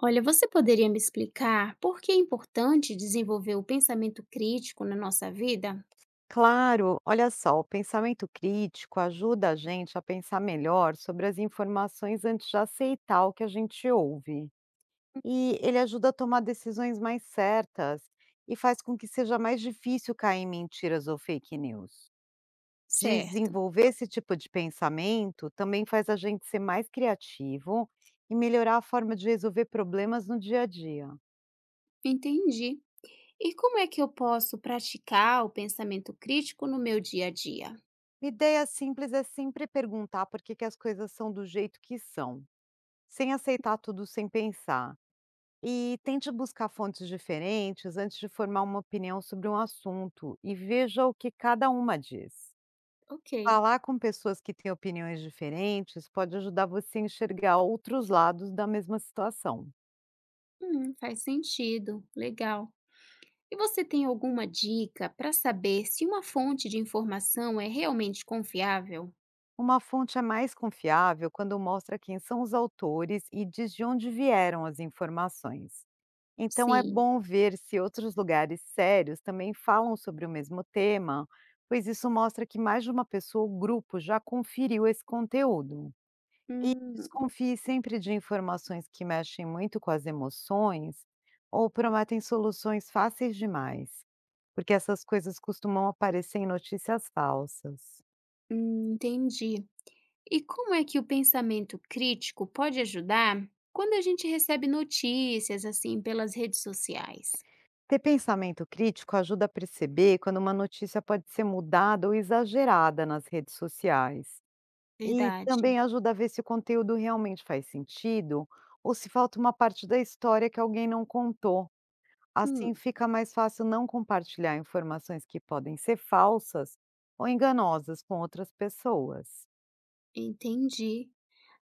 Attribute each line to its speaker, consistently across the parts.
Speaker 1: Olha, você poderia me explicar por que é importante desenvolver o pensamento crítico na nossa vida?
Speaker 2: Claro, olha só, o pensamento crítico ajuda a gente a pensar melhor sobre as informações antes de aceitar o que a gente ouve. E ele ajuda a tomar decisões mais certas e faz com que seja mais difícil cair em mentiras ou fake news.
Speaker 1: Certo,
Speaker 2: Desenvolver esse tipo de pensamento também faz a gente ser mais criativo e melhorar a forma de resolver problemas no dia a dia.
Speaker 1: entendi. E como é que eu posso praticar o pensamento crítico no meu dia a dia?
Speaker 2: Ideia simples é sempre perguntar por que que as coisas são do jeito que são, sem aceitar tudo sem pensar. E tente buscar fontes diferentes antes de formar uma opinião sobre um assunto, e veja o que cada uma diz.
Speaker 1: Ok,
Speaker 2: Falar com pessoas que têm opiniões diferentes pode ajudar você a enxergar outros lados da mesma situação.
Speaker 1: faz sentido, legal. E você tem alguma dica para saber se uma fonte de informação é realmente confiável?
Speaker 2: Uma fonte é mais confiável quando mostra quem são os autores e diz de onde vieram as informações. Então é
Speaker 1: Sim,
Speaker 2: bom ver se outros lugares sérios também falam sobre o mesmo tema, pois isso mostra que mais de uma pessoa ou grupo já conferiu esse conteúdo. E
Speaker 1: hum,
Speaker 2: desconfie sempre de informações que mexem muito com as emoções ou prometem soluções fáceis demais, porque essas coisas costumam aparecer em notícias falsas.
Speaker 1: entendi. E como é que o pensamento crítico pode ajudar quando a gente recebe notícias assim pelas redes sociais?
Speaker 2: Ter pensamento crítico ajuda a perceber quando uma notícia pode ser mudada ou exagerada nas redes sociais. E
Speaker 1: Verdade.
Speaker 2: também ajuda a ver se o conteúdo realmente faz sentido ou se falta uma parte da história que alguém não contou.
Speaker 1: Hum,
Speaker 2: Assim fica mais fácil não compartilhar informações que podem ser falsas ou enganosas com outras pessoas.
Speaker 1: entendi.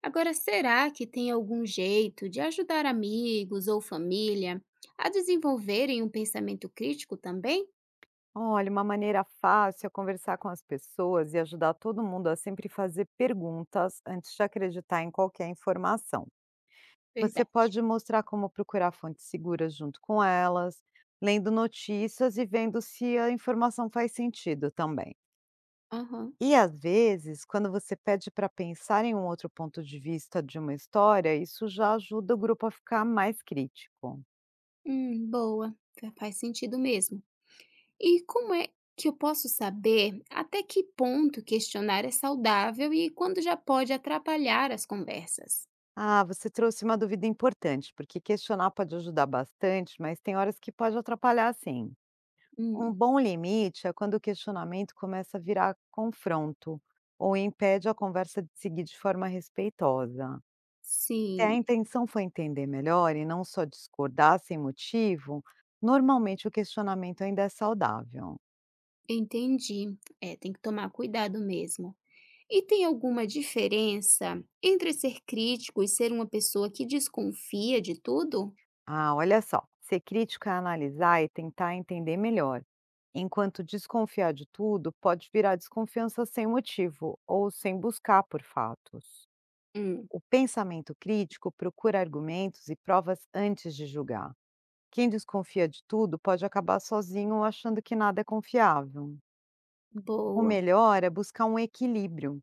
Speaker 1: Agora, será que tem algum jeito de ajudar amigos ou família a desenvolverem um pensamento crítico também?
Speaker 2: Olha, uma maneira fácil é conversar com as pessoas e ajudar todo mundo a sempre fazer perguntas antes de acreditar em qualquer informação. Você
Speaker 1: Verdade.
Speaker 2: pode mostrar como procurar fontes seguras junto com elas, lendo notícias e vendo se a informação faz sentido também.
Speaker 1: Aham.
Speaker 2: E às vezes, quando você pede para pensar em um outro ponto de vista de uma história, isso já ajuda o grupo a ficar mais crítico.
Speaker 1: Boa. Faz sentido mesmo. E como é que eu posso saber até que ponto questionar é saudável e quando já pode atrapalhar as conversas?
Speaker 2: Ah, você trouxe uma dúvida importante, porque questionar pode ajudar bastante, mas tem horas que pode atrapalhar, sim. Um
Speaker 1: Hum,
Speaker 2: bom limite é quando o questionamento começa a virar confronto ou impede a conversa de seguir de forma respeitosa. Se a
Speaker 1: sim,
Speaker 2: intenção foi entender melhor e não só discordar sem motivo, normalmente o questionamento ainda é saudável.
Speaker 1: entendi. É, tem que tomar cuidado mesmo. E tem alguma diferença entre ser crítico e ser uma pessoa que desconfia de tudo?
Speaker 2: Ah, olha só, ser crítico é analisar e tentar entender melhor, enquanto desconfiar de tudo pode virar desconfiança sem motivo ou sem buscar por fatos.
Speaker 1: Hum,
Speaker 2: O pensamento crítico procura argumentos e provas antes de julgar. Quem desconfia de tudo pode acabar sozinho ou achando que nada é confiável. O
Speaker 1: boa,
Speaker 2: melhor é buscar um equilíbrio.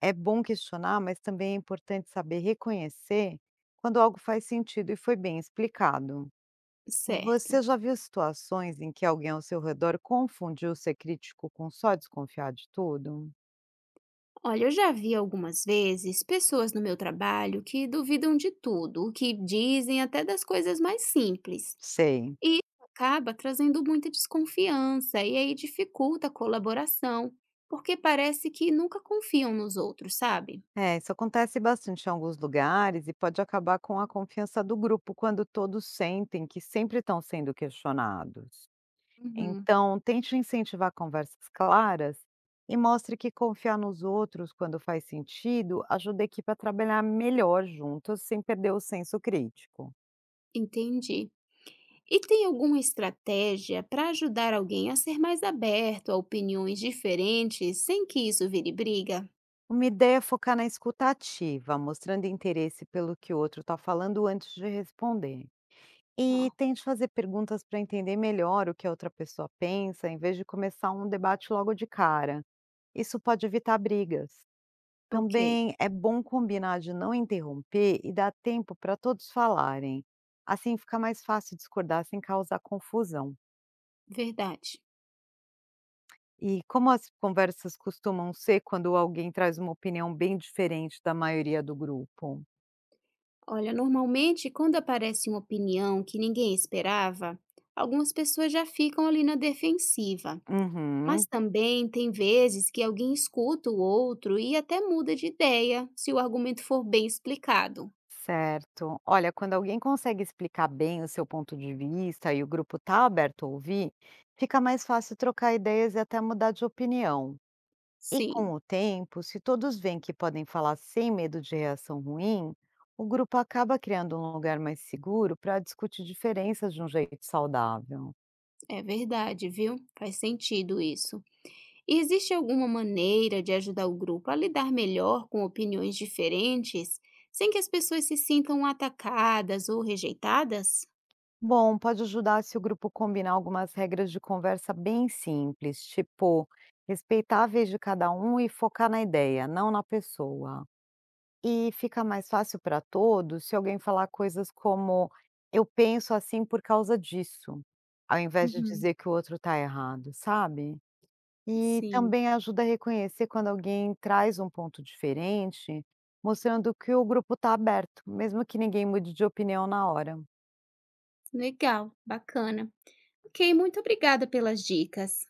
Speaker 2: É bom questionar, mas também é importante saber reconhecer quando algo faz sentido e foi bem explicado. Você
Speaker 1: certo.
Speaker 2: já viu situações em que alguém ao seu redor confundiu ser crítico com só desconfiar de tudo?
Speaker 1: Olha, eu já vi algumas vezes pessoas no meu trabalho que duvidam de tudo, o que dizem até das coisas mais simples.
Speaker 2: Sei.
Speaker 1: E isso acaba trazendo muita desconfiança e aí dificulta a colaboração, porque parece que nunca confiam nos outros, sabe?
Speaker 2: É, isso acontece bastante em alguns lugares e pode acabar com a confiança do grupo quando todos sentem que sempre estão sendo questionados.
Speaker 1: Uhum.
Speaker 2: Então, tente incentivar conversas claras e mostre que confiar nos outros quando faz sentido ajuda a equipe a trabalhar melhor juntos, sem perder o senso crítico.
Speaker 1: Entendi. E tem alguma estratégia para ajudar alguém a ser mais aberto a opiniões diferentes sem que isso vire briga?
Speaker 2: Uma ideia é focar na escuta ativa, mostrando interesse pelo que o outro está falando antes de responder. E
Speaker 1: Ah,
Speaker 2: tente fazer perguntas para entender melhor o que a outra pessoa pensa, em vez de começar um debate logo de cara. Isso pode evitar brigas.
Speaker 1: ok,
Speaker 2: Também é bom combinar de não interromper e dar tempo para todos falarem. Assim fica mais fácil discordar sem causar confusão.
Speaker 1: verdade.
Speaker 2: E como as conversas costumam ser quando alguém traz uma opinião bem diferente da maioria do grupo?
Speaker 1: Olha, normalmente quando aparece uma opinião que ninguém esperava, algumas pessoas já ficam ali na defensiva. Mas
Speaker 2: Uhum.
Speaker 1: também tem vezes que alguém escuta o outro e até muda de ideia se o argumento for bem explicado.
Speaker 2: Certo. Olha, quando alguém consegue explicar bem o seu ponto de vista e o grupo está aberto a ouvir, fica mais fácil trocar ideias e até mudar de opinião. E com
Speaker 1: Sim,
Speaker 2: o tempo, se todos veem que podem falar sem medo de reação ruim, o grupo acaba criando um lugar mais seguro para discutir diferenças de um jeito saudável.
Speaker 1: é verdade, viu? Faz sentido isso. E existe alguma maneira de ajudar o grupo a lidar melhor com opiniões diferentes, sem que as pessoas se sintam atacadas ou rejeitadas?
Speaker 2: Bom, pode ajudar se o grupo combinar algumas regras de conversa bem simples, tipo respeitar a vez de cada um e focar na ideia, não na pessoa. E fica mais fácil para todos se alguém falar coisas como: "Eu penso assim por causa disso", ao invés de
Speaker 1: Uhum,
Speaker 2: dizer que o outro está errado, sabe. E
Speaker 1: sim.
Speaker 2: também ajuda a reconhecer quando alguém traz um ponto diferente, mostrando que o grupo está aberto, mesmo que ninguém mude de opinião na hora.
Speaker 1: Legal, bacana. Ok, muito obrigada pelas dicas.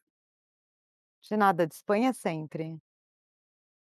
Speaker 2: De nada, disponha sempre.